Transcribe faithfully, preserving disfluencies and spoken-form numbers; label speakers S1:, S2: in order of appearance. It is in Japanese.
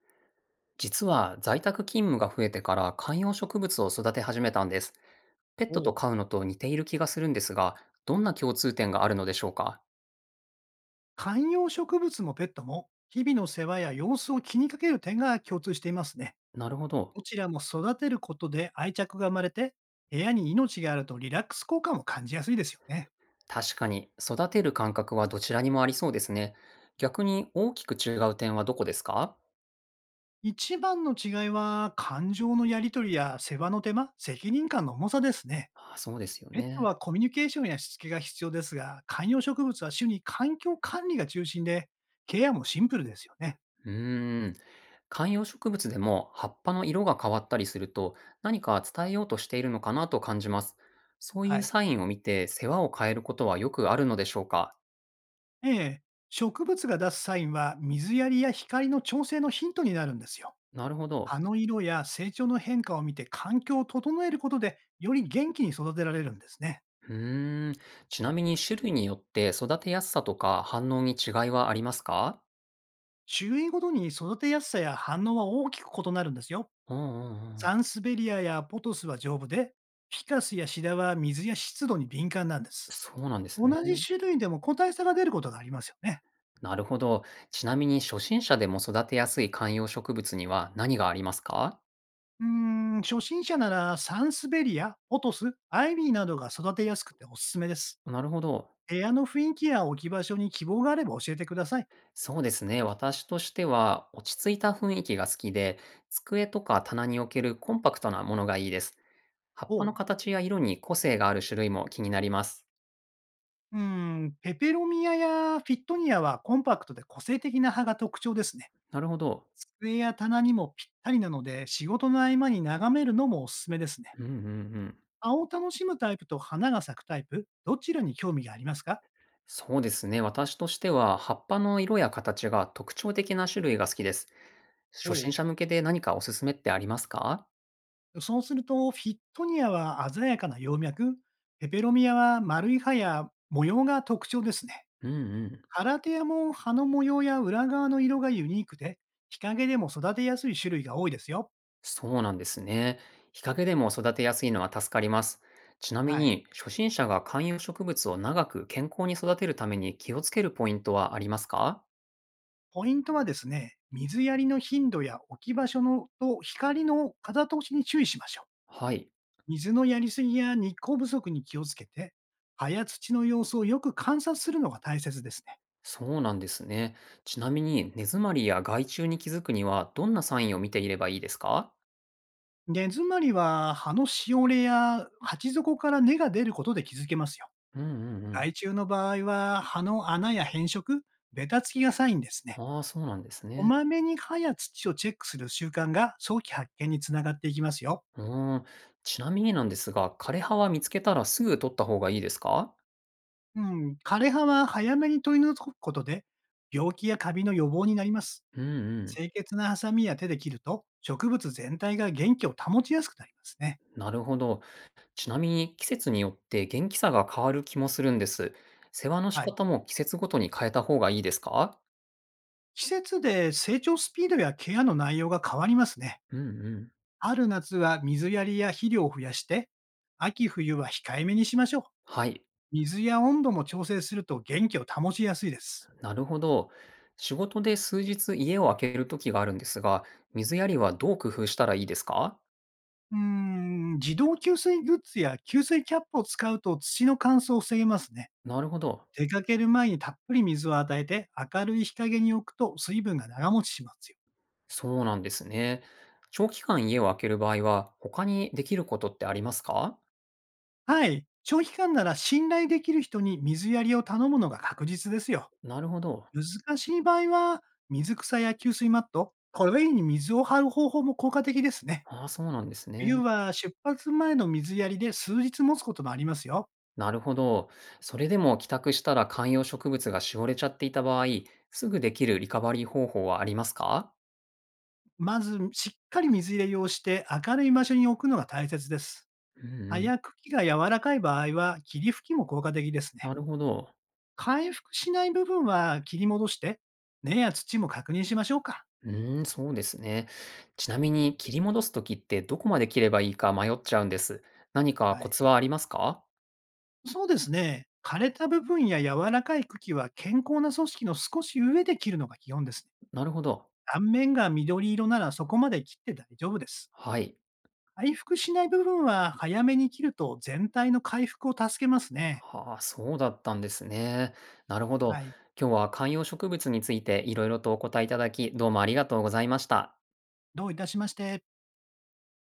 S1: 実は在宅勤務が増えてから観葉植物を育て始めたんです。ペッ
S2: お
S1: トと
S2: う。
S1: 飼うのと似ている気がするんですが、どんな共通点があるのでしょうか？
S2: 観葉植物もペットも、日々の世話や様子を気にかける点が共通していますね。
S1: なるほど。
S2: どちらも育てることで愛着が生まれて、部屋に命があるとリラックス効果も感じやすいですよね。
S1: 確かに育てる感覚はどちらにもありそうですね。逆に大きく違う点はどこですか？
S2: 一番の違いは、感情のやり取りや世話の手間、責任感の重さですね。
S1: あ、そうですよ
S2: ペット
S1: ね。
S2: はコミュニケーションやしつけが必要ですが、観葉植物は主に環境管理が中心で、ケアもシンプルですよね。
S1: うーん。観葉植物でも葉っぱの色が変わったりすると何か伝えようとしているのかなと感じます。そうい
S2: は
S1: う
S2: い。
S1: サインを見て世話を変えることはよくあるのでしょうか？
S2: ええ、植物が出すサインは水やりや光の調整のヒントになるんですよ。
S1: なるほど。
S2: 葉の色や成長の変化を見て環境を整えることで、より元気に育てられるんですね。
S1: うーん。ちなみに種類によって育てやすさとか反応に違いはありますか？
S2: 種類ごとに育てやすさや反応は大きく異なるんですよ。
S1: うんうんう
S2: サ
S1: ん。
S2: ンスベリアやポトスは丈夫で、フィカスやシダは水や湿度に敏感なんです。
S1: そうなんです
S2: 同
S1: ね。
S2: じ種類でも個体差が出ることがありますよね。
S1: なるほど。ちなみに初心者でも育てやすい観葉植物には何がありますか？
S2: うーん、初心者ならサンスベリア、ポトス、アイビーなどが育てやすくておすすめです。
S1: なるほど。
S2: 部屋の雰囲気や置き場所に希望があれば教えてください。
S1: そうですね。私としては落ち着いた雰囲気が好きで、机とか棚に置けるコンパクトなものがいいです。葉っぱ
S2: ほ
S1: の
S2: う。
S1: 形や色に個性がある種類も気になります。
S2: うーん、ペペロミアやフィットニアはコンパクトで個性的な葉が特徴ですね。
S1: なるほど。
S2: 机や棚にもぴったりなので、仕事の合間に眺めるのもおすすめですね。
S1: うんうんうん。
S2: 葉を楽しむタイプと花が咲くタイプ、どちらに興味がありますか？
S1: そうですね。私としては、葉っぱの色や形が特徴的な種類が好きです。
S2: ほ
S1: 初心者向けで何かおすすめってありますか？
S2: う。そうすると、フィットニアは鮮やかな葉脈、ペペロミアは丸い葉や模様が特徴ですね。
S1: うんうん。
S2: 空手やも葉の模様や裏側の色がユニークで、日陰でも育てやすい種類が多いですよ。
S1: そうなんですね。日陰でも育てやすいのは助かります。ちなみ
S2: はい。
S1: に、初心者が観葉植物を長く健康に育てるために気をつけるポイントはありますか？
S2: ポイントはですね、水やりの頻度や置き場所のと光の風通しに注意しましょう。
S1: はい。
S2: 水のやりすぎや日光不足に気をつけて、葉や土の様子をよく観察するのが大切ですね。
S1: そうなんですね。ちなみに、根詰まりや害虫に気づくには、どんなサインを見ていればいいですか？
S2: 根詰まりは葉のしおれや鉢底から根が出ることで気づけますよ。
S1: うんうんうん。
S2: 害虫の場合は葉の穴や変色、ベタつきがサインですね。
S1: ああ、そうなんです
S2: こ
S1: ね。
S2: まめに葉や土をチェックする習慣が早期発見につながっていきますよ。
S1: うーん。ちなみになんですが、枯れ葉は見つけたらすぐ取った方がいいですか？
S2: うん、枯れ葉は早めに取り除くことで、病気やカビの予防になります。
S1: うんうん。
S2: 清潔なハサミや手で切ると、植物全体が元気を保ちやすくなりますね。
S1: なるほど。ちなみに季節によって元気さが変わる気もするんです。世話の仕
S2: はい。
S1: 方も季節ごとに変えた方がいいですか？
S2: 季節で成長スピードやケアの内容が変わりますね。
S1: うんうん。
S2: 春夏は水やりや肥料を増やして、秋冬は控えめにしましょう。
S1: はい。
S2: 水や温度も調整すると元気を保ちやすいです。
S1: なるほど。仕事で数日家を空ける時があるんですが、水やりはどう工夫したらいいですか？
S2: うーん、自動給水グッズや給水キャップを使うと土の乾燥を防げますね。
S1: なるほど。
S2: 出かける前にたっぷり水を与えて明るい日陰に置くと水分が長持ちしますよ。
S1: そうなんですね。長期間家を空ける場合は、他にできることってありますか？
S2: はい。長期間なら信頼できる人に水やりを頼むのが確実ですよ。
S1: なるほど。
S2: 難しい場合は水草や給水マット、これに水を張る方法も効果的ですね。
S1: ああ、そうなんです
S2: 冬
S1: ね。
S2: は出発前の水やりで数日持つこともありますよ。
S1: なるほど。それでも帰宅したら観葉植物がしおれちゃっていた場合、すぐできるリカバリー方法はありますか？
S2: まずしっかり水入れをして明るい場所に置くのが大切です。
S1: う
S2: 葉
S1: んうん。
S2: や茎が柔らかい場合は、霧吹きも効果的です
S1: な
S2: ね。
S1: るほど。
S2: 回復しない部分は切り戻して、根や土も確認しましょうか。
S1: うーん、そうですね。ちなみに切り戻すときってどこまで切ればいいか迷っちゃうんです。何か
S2: は
S1: コ
S2: い。
S1: ツはありますか？
S2: そうですね。枯れた部分や柔らかい茎は健康な組織の少し上で切るのが基本ですね。
S1: なるほど。
S2: 断面が緑色ならそこまで切って大丈夫です。
S1: はい。
S2: 回復しない部分は早めに切ると全体の回復を助けますね。
S1: はあ、そうだったんですね。なるほど。
S2: はい。
S1: 今日は観葉植物についていろいろとお答えいただき、どうもありがとうございました。
S2: どういたしまして。